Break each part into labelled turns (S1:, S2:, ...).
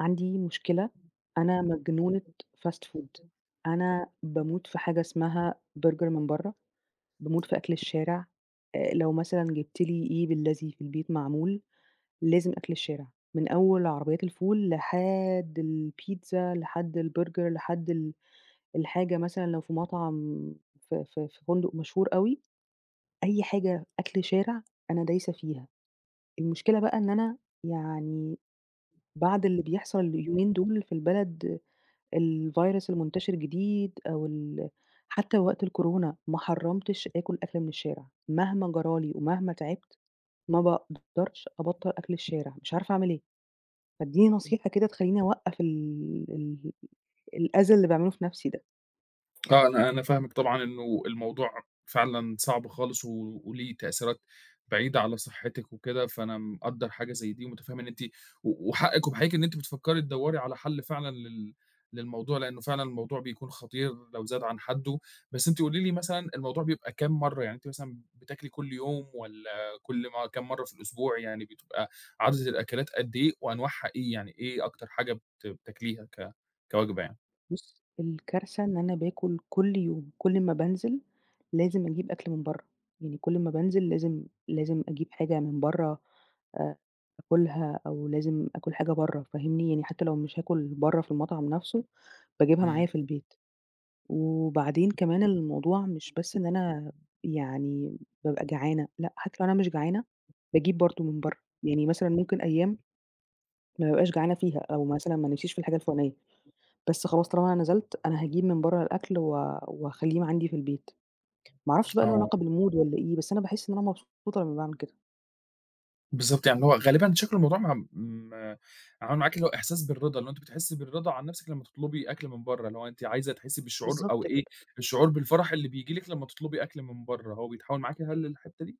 S1: عندي مشكلة، أنا مجنونة fast food، أنا باموت في حاجة اسمها برجر من برّه، باموت في أكل الشارع. لو مثلًا جِبت لي إيه باللذي في البيت معمول، لازم أكل الشارع، من أول عربيات الفول لحد البيتزا، لحد البرجر، لحد الحاجة مثلًا لو في مطعم في فندق مشهور أوي، أي حاجة أكل شارع أنا دايسة فيها. المشكلة بقى إن أنا، يعني، بعد اللي بيحصل اليومين دول في البلد، الvirus المنتشر جديد أو ال حتى وقت الكورونا ما حرّمتش آكل أكل من الشارع، مهما جرى لي ومهما تعبت ما باقدرش أبطّل أكل الشارع، مش عارفة أعمل إيه؟ فادّيني نصيحة كده تخلّيني أوقّف ال ال الأذى اللي باعمله في نَفْسي ده.
S2: آه، أنا فاهمِك طبعًا إنه الموضوع فعلًا صعب خالص وليه تأثيرات بعيدة على صحتِك وكده، فأنا مقدّر حاجة زي دي ومتفهم إن أنتِ وحقِك وبحقيقة إن أنتِ بتفكّري تدوّري على حل فعلًا للموضوع، لإنه فعلًا الموضوع بيكون خطير لو زاد عن حدُّه، بس أنتِ قولي لي مثلًا الموضوع بيبقى كام مرّة، يعني أنتِ مثلًا بتاكلي كل يوم والّا كل ما كام مرّة في الأسبوع، يعني بتبقى عدد الأكلات قد إيه وأنواعها إيه، يعني إيه أكتر حاجة بتاكليها كوجبة يعني؟
S1: بُص، الكارثة إن أنا باكل كل يوم، كل ما بانزل لازم أجيب أكل من برّه، يعني كل ما بانزل لازم أجيب حاجة من برّه، آآ آكلها أو لازم آكل حاجة برّه، فاهمني؟ يعني حتى لو مش هاكل برّه في المطعم نفسه، باجيبها معايا في
S2: إمم.
S1: البيت. وبعدين كمان الموضوع مش بس إن أنا، يعني، بابقى جعانة، لأ، حتى لو أنا مش جعانة باجيب برضه من برّه، يعني مثلًا ممكن أيام ما بابقاش جعانة فيها أو مثلًا ما نفسيش في الحاجة الفلانية، بس خلاص طالما أنا نزلت، أنا هاجيب من برّه الأكل و وهاخلّيه عندي في البيت. ما أعرفش بقى له
S2: آه.
S1: علاقة بالMood والّا إيه، بس أنا باحس إن أنا مبسوطة لمّا باعمل كده.
S2: بالضبط، يعني هو غالبًا شكل الموضوع م م عمل معاكِ اللي هو إحساس بالرضا، اللي هو أنتِ بتحسّي بالرضا عن نَفْسِك لمّا تطلبي أكل من برّه، اللي هو أنتِ عايزة تحسّي بالشعور أو
S1: بالضبط
S2: إيه،
S1: كده،
S2: الشعور بالفرح اللي بييجي لِك لمّا تطلبي أكل من برّه، هو بيتحوّل معاكِ هل للحتّة دي؟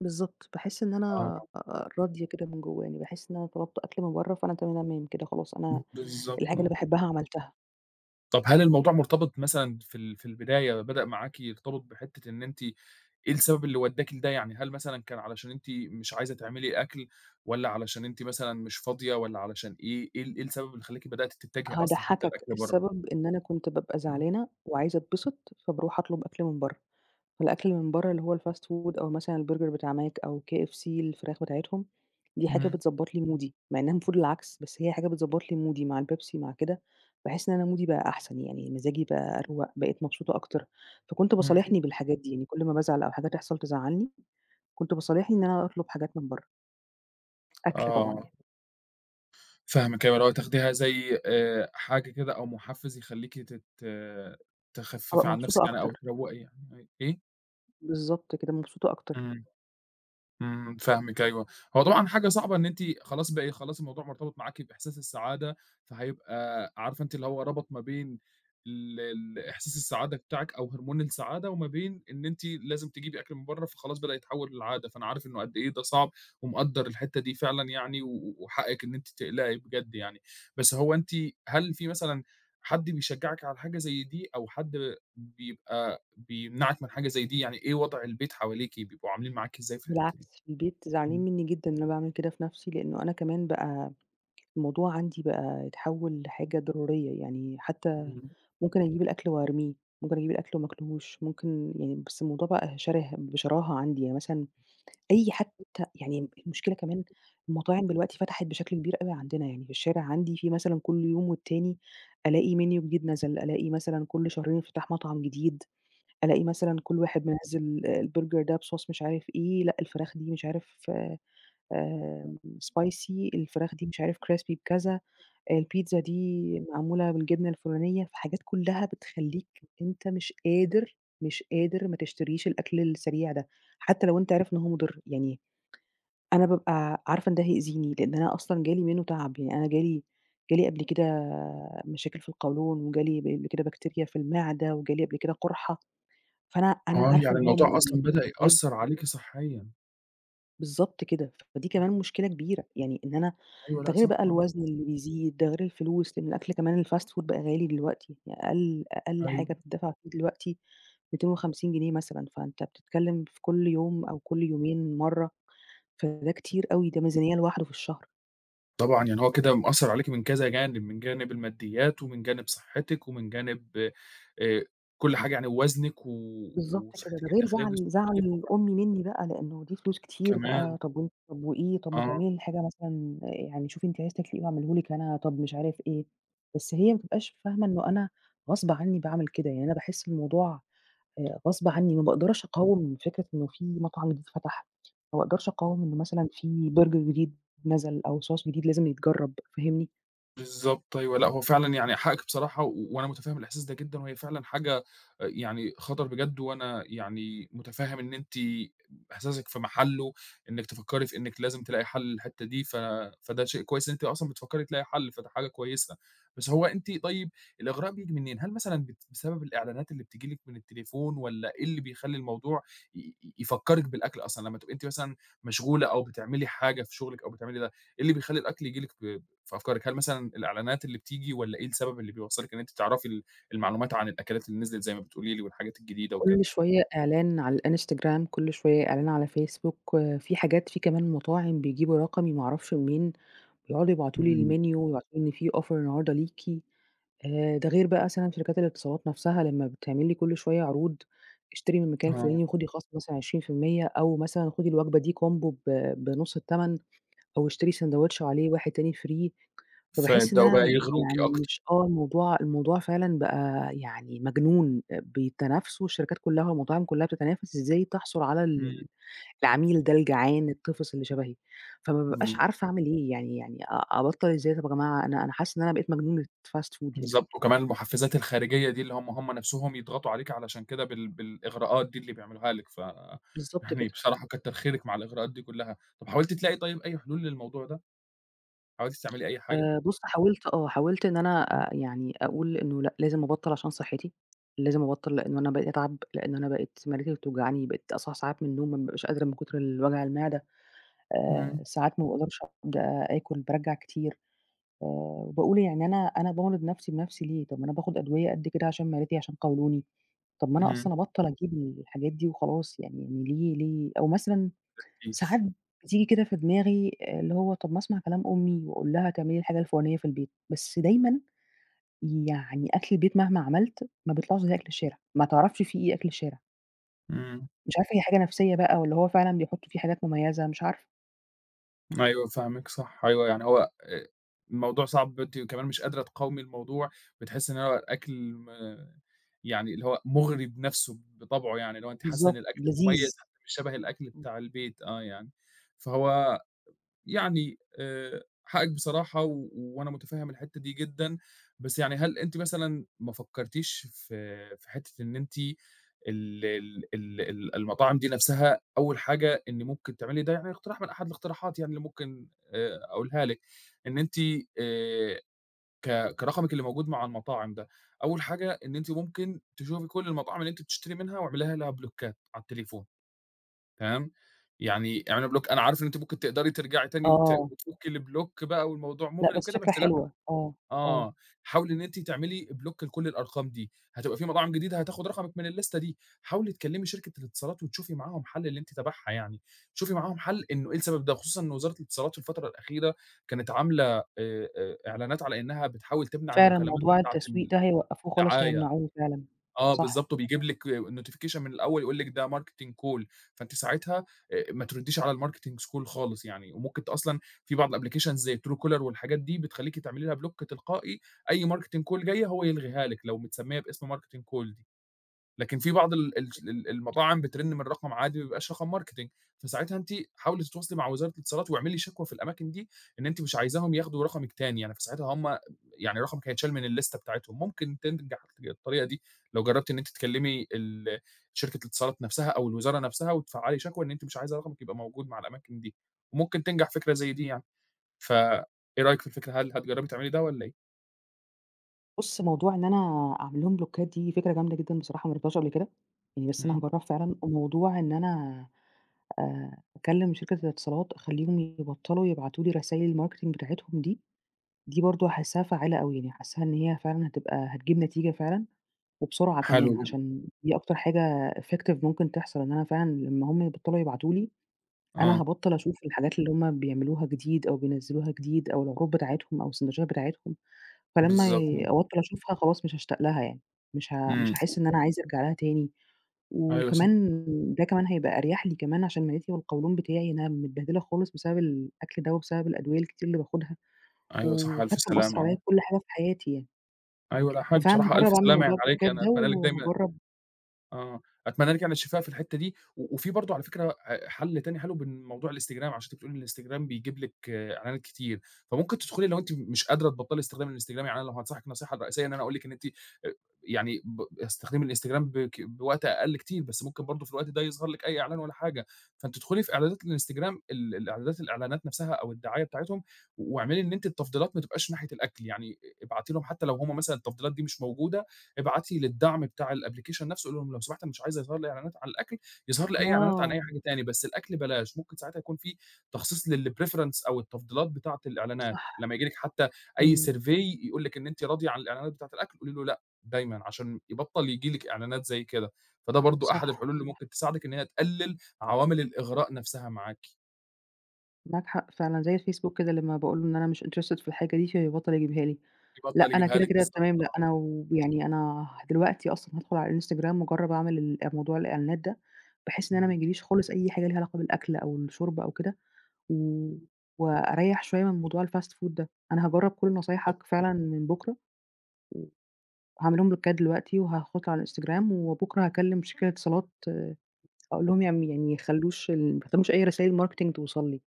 S1: بالضبط. باحس إن
S2: آه،
S1: أنا راضية كده من جوّايا، يعني باحس إن أنا طلبت أكل من برّه فأنا تمام تمام كده خلاص أنا
S2: بالضبط
S1: الحاجة اللي
S2: آه.
S1: باحبها عملتها.
S2: طَب هل الموضوع مرتبط مثلًا في البداية بدأ معاكِ يرتبط بحتّة إن أنتِ إيه السبب اللي ودّاكِ لده، يعني هل مثلًا كان علشان أنتِ مش عايزة تعملي أكل والّا علشان أنتِ مثلًا مش فاضية والّا علشان إيه، إيه إيه السبب اللي خلّاكِ بدأتِ تتجهي أصلًا حتى
S1: هاضحّكك،
S2: لأكل برّه؟
S1: السبب إن أنا كنت بابقى زعلانة وعايزة أتبسط، فباروح أطلب أكل من برّه. الأكل اللي من برّه اللي هو الfast food أو مثلًا البرجر بتاع ماك أو KFC الفراخ بتاعتهم، دي حاجة
S2: إمم.
S1: بتضبّط لي مودي، مع إنها المفروض العكس، بس هي حاجة بتضبّط لي مودي مع البيبسي مع كده، باحس إن أنا مودي بقى أحسن، يعني مزاجي بقى أروَق، بقيت مبسوطة أكتر، فكنت
S2: إمم،
S1: باصالحني بالحاجات دي، يعني كل ما بازعل أو حاجة تحصل تزعّلني، كنت باصالحني إن أنا أطلب حاجات من برّه، أكل طبعًا
S2: آه،
S1: يعني،
S2: فاهمِك أيوه، اللي هو تاخديها زي حاجة كده أو محفز يخلّيكِ تخفّفي
S1: أبقى
S2: عن
S1: مبسوطة
S2: نفسِك يعني أو
S1: أكتر،
S2: تروّقي يعني إيه؟
S1: بالضبط كده مبسوطة أكتر.
S2: إمم. إمم، فاهمِك أيوه. هو طبعًا حاجة صعبة إن أنتِ خلاص بقى إيه، خلاص الموضوع مرتبط معاكِ بإحساس السعادة، فهيبقى عارفة أنتِ اللي هو ربط ما بين ال ال إحساس السعادة بتاعِك أو هرمون السعادة وما بين إن أنتِ لازم تجيبي أكل من برّه، فخلاص بدأ يتحوّل لعادة، فأنا عارف إنه قد إيه ده صعب ومقدّر الحتّة دي فعلًا يعني وحقِّك إن أنتِ تقلقي بجد يعني. بس هو أنتِ هل في مثلًا حد بيشجّعِك على حاجة زي دي أو حد بيبقى بيمنعِك من حاجة زي دي؟ يعني إيه وضع البيت حواليكِ، بيبقوا عاملين معاكِ إزاي في الحتّة
S1: بالعكس
S2: دي؟
S1: في البيت زعلانين
S2: إمم.
S1: مني جدًا إن أنا باعمل كده في نَفْسي، لإنه أنا كمان بقى الموضوع عندي بقى اتحول لحاجة ضرورية، يعني حتى
S2: إمم.
S1: ممكن أجيب الأكل وأرميه، ممكن أجيب الأكل وما آكلهوش، ممكن يعني، بس الموضوع بقى شره بشراهة عندي، يعني مثلًا أي حتى يعني المشكلة كمان، المطاعم دلوقتي فتحت بشكل كبير أوي عندنا، يعني في الشارع عندي، في مثلًا كل يوم والتاني ألاقي menu جديد نزل، ألاقي مثلًا كل شهرين انفتاح مطعم جديد، ألاقي مثلًا كل واحد منزّل آه، البرجر ده بSauce مش عارف إيه، لأ الفراخ دي مش عارف، spicy الفراخ دي مش عارف crispy بكذا. البيتزا دي معمولة بالجبنة الفلانية، فحاجات كلّها بتخلّيك أنت مش قادر، مش قادر ما تشتريش الأكل السريع ده، حتى لو أنت عارف إن هو مُضِر، يعني أنا بابقى عارفة إن ده هيأذيني، لإن أنا أصلًا جالي منّه تعب، يعني أنا جالي قبل كده مشاكل في القولون، وجالي قبل كده بكتيريا في المعدة، وجالي قبل كده قُرحة، فأنا
S2: آه،
S1: عارفة
S2: يعني
S1: إن هو
S2: الموضوع
S1: مؤذي
S2: أصلًا بدأ يأثّر
S1: وبيتعبني.
S2: عليكِ صحيًا،
S1: بالضبط كده، فدي كمان
S2: إمم.
S1: مشكلة كبيرة، يعني إن أنا،
S2: أيوه،
S1: ده
S2: لأ
S1: غير
S2: صح
S1: بقى
S2: آه.
S1: الوزن اللي بيزيد، ده غير الفلوس، لأن الأكل كمان الfast food بقى غالي دلوقتي، يعني أقل أقل
S2: أيوه،
S1: حاجة بتدفع فيه دلوقتي 250 جنيه مثلًا، فأنت بتتكلم في كل يوم أو كل يومين مرة، فده كتير أوي، ده ميزانية لوحده في الشهر.
S2: طبعًا يعني هو كده مأثّر عليكِ من كذا جانب، من جانب الماديات ومن جانب صحتِك ومن جانب آآ، كل حاجة يعني وزنِك و
S1: بالضبط كده، ده
S2: وصحتِك
S1: غير
S2: الداخلية
S1: زعل
S2: وجسمِك الداخلي فهو
S1: زعل
S2: فعلًا
S1: أمي منّي بقى، لإنه دي فلوس كتير
S2: كمان،
S1: بقى، طَب وأنتِ طَب وإيه، طَب ما
S2: آه.
S1: تعملي الحاجة مثلًا، يعني شوفي أنتِ عايزة تاكلي إيه واعمله لِك أنا، طَب مش عارف إيه. بس هي ما بتبقاش فاهمة إنه أنا غصب عنّي باعمل كده، يعني أنا باحس الموضوع غصب عنّي، ما باقدرش أقاوم فكرة إنه في مطعم جديد فتح، ما باقدرش أقاوم إنه مثلًا في برجر جديد نزل أو sauce جديد لازم يتجرّب، فاهمني؟
S2: بالضبط أيوه، لأ هو فعلًا يعني حقِّك بصراحة وأنا مُتفهِّم الإحساس ده جدًا، وهي فعلًا حاجة يعني خطر بجد، وأنا يعني مُتفهِّم إن أنتِ إحساسِك في محله، إنِّك تفكّري في إنِّك لازم تلاقي حَل للحتّة دي، ف فده شيء كويس إن أنتِ أصلًا بتفكّري تلاقي حَل، فده حاجة كويسة. بس هو أنتِ طيب الإغراء بييجي منين؟ هل مثلًا بسبب الإعلانات اللي بتيجي لِك من التليفون والّا إيه اللي بيخلّي الموضوع ي ي يفكّرِك بالأكل أصلًا؟ لمّا تبقي أنتِ مثلًا مشغولة أو بتعملي حاجة في شُغلِك أو بتعملي ده، إيه اللي بيخلّي الأكل ييجي لِك في أفكارِك، هل مثلًا الإعلانات اللي بتيجي والّا إيه السبب اللي بيوصّلِك إن أنتِ تعرفي المعلومات عن الأكلات اللي نزلت زي ما بتقولي لي والحاجات الجديدة وكده؟
S1: كل شوية إعلان على الإنستجرام، كل شوية إعلان على فيسبوك، آه، في حاجات، في كمان مطاعم بيجيبوا رقمي ما أعرفش منين، بيقعدوا يبعتوا لي
S2: إمم.
S1: الmenu ويبعتوا لي إن في offer النهارده ليكِ، ده غير بقى مثلًا شركات الاتصالات نفسها لمّا بتعمل لي كل شوية عروض، اشتري من المكان
S2: آه.
S1: الفلاني وخدي خصم مثلًا 20% أو مثلًا خدي الوجبة دي combo بنُص التمن أو اشتري ساندوتش عليه واحد تاني free. فباحس إن
S2: فيبدأوا
S1: أنا،
S2: بقى يغروكِ
S1: يعني
S2: أكتر.
S1: مش آه، الموضوع فعلًا بقى يعني مجنون، بيتنافسوا الشركات كلّها والمطاعم كلّها بتتنافس إزاي تحصل على
S2: إمم.
S1: العميل ده الجعان الطفِس اللي شبهي، فما بابقاش
S2: إمم.
S1: عارفة أعمل إيه، يعني، يعني أ أبطّل إزاي طَب يا جماعة، أنا حاسّة إن أنا بقيت مجنونة fast food يعني.
S2: بالضبط، وكمان المحفزات الخارجية دي اللي هم نفسهم يضغطوا عليكِ علشان كده بالإغراءات دي اللي بيعملوها لِك، ف
S1: بالضبط
S2: يعني
S1: كده.
S2: بصراحة كتّر خيرِك مع الإغراءات دي كلّها. طَب حاولتِ تلاقي طيب أي حلول للموضوع ده؟ حاولتِ تعملي أي حاجة؟
S1: بُص حاولت، آه، حاولت إن أنا، يعني أقول إنه لأ، لازم أبطّل عشان صحّتي، لازم أبطّل لإنه أنا بقيت أتعب، لإن أنا بقيت معدتي بتوجعني، بقيت أصحى ساعات من النوم ما بابقاش قادرة من كُتر وجع المعدة.
S2: إمم.
S1: ساعات ما باقدرش أقعد آكل، بارجّع كتير، وباقول يعني أنا، بامرض نفسي بنفسي ليه؟ طب ما أنا باخد أدوية قد كده عشان معدتي، عشان قولوني، طب ما أنا
S2: إمم.
S1: أصلًا
S2: ما
S1: أبطّل أجيب الحاجات دي وخلاص، يعني ليه، أو مثلًا ساعات
S2: فيش.
S1: بتيجي كده في دماغي، آه، اللي هو طب ما أسمع كلام أمي وأقول لها تعملي لي الحاجة الفُلانية في البيت، بس دايمًا، يعني، أكل البيت مهما عملت ما بيطلعش زي أكل الشارع، ما تعرفش فيه إيه أكل الشارع،
S2: إمم.
S1: مش عارفة هي حاجة نفسية بقى والّا هو فعلًا بيحطّوا فيه حاجات مميزة، مش عارفة.
S2: أيوه فاهمِك صح، أيوه يعني هو الموضوع صعب، أنتِ كمان مش قادرة تقاومي الموضوع، بتحسّي إن هو الأكل يعني اللي هو مُغري بنَفْسه بطبعه يعني، اللي هو أنتِ حاسّة إن
S1: بالضبط،
S2: الأكل مميّز
S1: لذيذ.
S2: حتى مش شبه الأكل بتاع البيت آه يعني، فهو يعني حقِّك بصراحة وأنا مُتفهِّم الحتّة دي جدًا، بس يعني هل أنتِ مثلًا ما فكّرتيش في حتّة إن أنتِ ال ال ال ال المطاعم دي نَفْسها أول حاجة إن ممكن تعملي ده يعني اقتراح من أحد الاقتراحات يعني اللي ممكن أقولها لِك، إن أنتِ آآ كرقمِك اللي موجود مع المطاعم ده، أول حاجة إن أنتِ ممكن تشوفي كل المطاعم اللي أنتِ بتشتري منها واعملي لها بلوكات على التليفون. تمام، يعني اعملي بلوك أنا عارف إن أنتِ ممكن تقدري ترجعي تاني وت
S1: آه،
S2: وتفكي البلوك بقى والموضوع
S1: لأ
S2: مغري
S1: بس
S2: وكده،
S1: فكرة
S2: بس لأ،
S1: حلوة، آه، آه،
S2: آه، حاولي إن أنتِ تعملي بلوك لكل الأرقام دي، هتبقى في مطاعم جديدة هتاخد رقمِك من الليستة دي، حاولي تكلمي شركة الاتصالات وتشوفي معاهم حل اللي أنتِ تبعها يعني، شوفي معاهم حل إنه إيه السبب ده، خصوصًا إن وزارة الاتصالات في الفترة الأخيرة كانت عاملة إعلانات على إنها بتحاول تمنع
S1: فعلًا
S2: المكالمات
S1: موضوع
S2: بتاعة
S1: التسويق ده هيوقّفوه خالص،
S2: الدعاية.
S1: هيمنعوه فعلًا،
S2: آه
S1: صح.
S2: بالضبط، وبيجيب لِك notification من الأول يقول لِك ده marketing call، فأنتِ ساعتها ما تردّيش على الmarketing call خالص يعني، وممكن أصلًا في بعض الapplications زي Truecaller والحاجات دي بتخلّيكِ تعملي لها block تلقائي، أي marketing call جاية هو يلغيها لِك لو متسمية باسم marketing call دي. لكن في بعض ال ال
S1: بالضبط.
S2: ال المطاعم بترن من رقم عادي ما بيبقاش رقم marketing، فساعتها أنتِ حاولي تتواصلي مع وزارة الاتصالات واعملي شكوى في الأماكن دي، إن أنتِ مش عايزاهم ياخدوا رقمِك تاني يعني، فساعتها هم يعني رقمِك هيتشال من الليستة بتاعتهم، ممكن تنجح الطريقة دي لو جربتِ إن أنتِ تكلمي شركة الاتصالات نفسها أو الوزارة نفسها وتفعلي شكوى إن أنتِ مش عايزة رقمِك يبقى موجود مع الأماكن دي، وممكن تنجح فكرة زي دي يعني، فإيه رأيِك في الفكرة هل هتجربي تعملي ده والّا إيه؟
S1: بُص، موضوع إن أنا أعمل لهم بلوكات دي فكرة جامدة جدًا بصراحة، ما جربتهاش قبل كده، يعني بس أنا
S2: إمم.
S1: هاجرّبها فعلًا، وموضوع إن أنا، أكلم شركة الاتصالات أخلّيهم يبطلوا يبعتوا لي رسايل الmarketing بتاعتهم دي، دي برضه حاساها فعّالة أوي، يعني حاساها إن هي فعلًا هتبقى هتجيب نتيجة فعلًا، وبسرعة
S2: حلو
S1: كمان
S2: جدًا،
S1: عشان دي أكتر حاجة effective ممكن تحصل، إن أنا فعلًا لمّا هُم يبطلوا يبعتوا لي، أنا
S2: آه،
S1: هابطّل أشوف الحاجات اللي هُم بيعملوها جديد أو بينزّلوها جديد أو العروض بتاعتهم أو السندوتشات بتاعتهم، فلمّا
S2: بالضبط،
S1: أبطّل أشوفها خلاص مش هاشتاق لها يعني،
S2: إمم.
S1: مش هاحس إن أنا عايزة أرجع لها تاني،
S2: أيوه صح.
S1: وكمان ده كمان هيبقى أريح لي كمان عشان معدتي والقولون بتاعي، أنا متبهدلة خالص بسبب الأكل ده وبسبب الأدوية الكتير اللي باخدها،
S2: أيوه صح، ألف
S1: وحتى
S2: سلامة
S1: مأثّر عليّا
S2: آه.
S1: في كل حاجة في حياتي يعني،
S2: أيوه لأ، حاج
S1: ففعلًا
S2: بصراحة ألف
S1: هاجرّب أعمل
S2: سلامة
S1: موضوع
S2: يعني عليكِ،
S1: البلوكات
S2: أنا
S1: ده
S2: أتمنى لِك دايمًا
S1: وهاجرّب،
S2: آه، أتمنى لِك يعني الشفاء في الحتّة دي، و وفي برضه على فكرة حل تاني حلو بموضوع الإنستجرام، عشان أنتِ بتقولي إن الإنستجرام بيجيب لِك إعلانات كتير، فممكن تدخلي لو أنتِ مش قادرة تبطّلي استخدام الإنستجرام، يعني أنا لو هانصحِك نصيحة رئيسية إن أنا أقول لِك إن أنتِ يعني استخدمي الإنستجرام بوقت أقل كتير، بس ممكن برضه في الوقت ده يظهر لِك أي إعلان ولا حاجة، فأنتِ ادخلي في إعدادات الإنستجرام الإعدادات الإعلانات نفسها أو الدعاية بتاعتهم، واعملي إن أنتِ التفضيلات ما تبقاش ناحية الأكل، يعني ابعتي لهم حتّى لو هم مثلًا التفضيلات دي مش موجودة، ابعتي للدعم بتاع الapplication نفسه قولي لهم لو سمحت أنا مش عايزة يظهر لي إعلانات عن الأكل، يظهر لي أي إعلانات عن أي
S1: آه،
S2: حاجة تاني، بس الأكل بلاش، ممكن ساعتها يكون في تخصيص للpreference أو التفضيلات بتاعة الإعلانات،
S1: صح،
S2: لمّا ييجي لِك حتى أي
S1: إمم،
S2: survey يقول لِك إن أنتِ راضية عن الإعلانات بتاعة الأكل، قولي له لأ دايمًا عشان يبطّل ييجي لِك إعلانات زي كده، فده برضه أحد
S1: صح،
S2: الحلول اللي
S1: صح.
S2: ممكن تساعدِك إن هي تقلل عوامل الإغراء نفسها معاكِ،
S1: معاك حق فعلًا، زي الفيسبوك كده لمّا باقول له إن أنا مش interested في الحاجة دي، فيبطّل يجيبها لي. لأ،
S2: يبطّل
S1: أنا
S2: يجيبها
S1: كده،
S2: لِك
S1: كده
S2: بالضبط
S1: تمام، لأ
S2: آه،
S1: أنا، أنا دلوقتي أصلًا هادخل على الإنستجرام واجرّب أعمل ال آه، موضوع الإعلانات ده، بحيث إن أنا ما
S2: إمم،
S1: يجيليش خالص أي حاجة ليها علاقة بالأكل أو الشرب أو كده، و وأريّح شوية من موضوع الfast food ده. أنا هاجرّب كل نصايحك
S2: بالضبط،
S1: فعلًا من بُكرة، وهاعملهم لك كده دلوقتي، وهاحط على الإنستجرام، وبُكرة هاكلم شركة اتصالات أقول لهم يعني يخلّوش ال ما يخلّوش أي رسايل marketing توصل لي.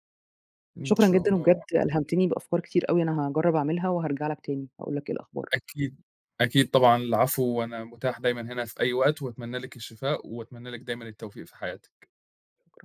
S2: إن
S1: شكرًا
S2: شاء
S1: جدًا،
S2: الله.
S1: وبجد ألهمتني بأفكار كتير أوي أنا هاجرّب أعملها وهارجع لك تاني، هاقول لك إيه الأخبار.
S2: أكيد، أكيد طبعًا، العفو، وأنا متاح دايمًا هنا في أي وقت، وأتمنى لِك الشفاء، وأتمنى لِك دايمًا التوفيق في حياتِك.
S1: شكرًا.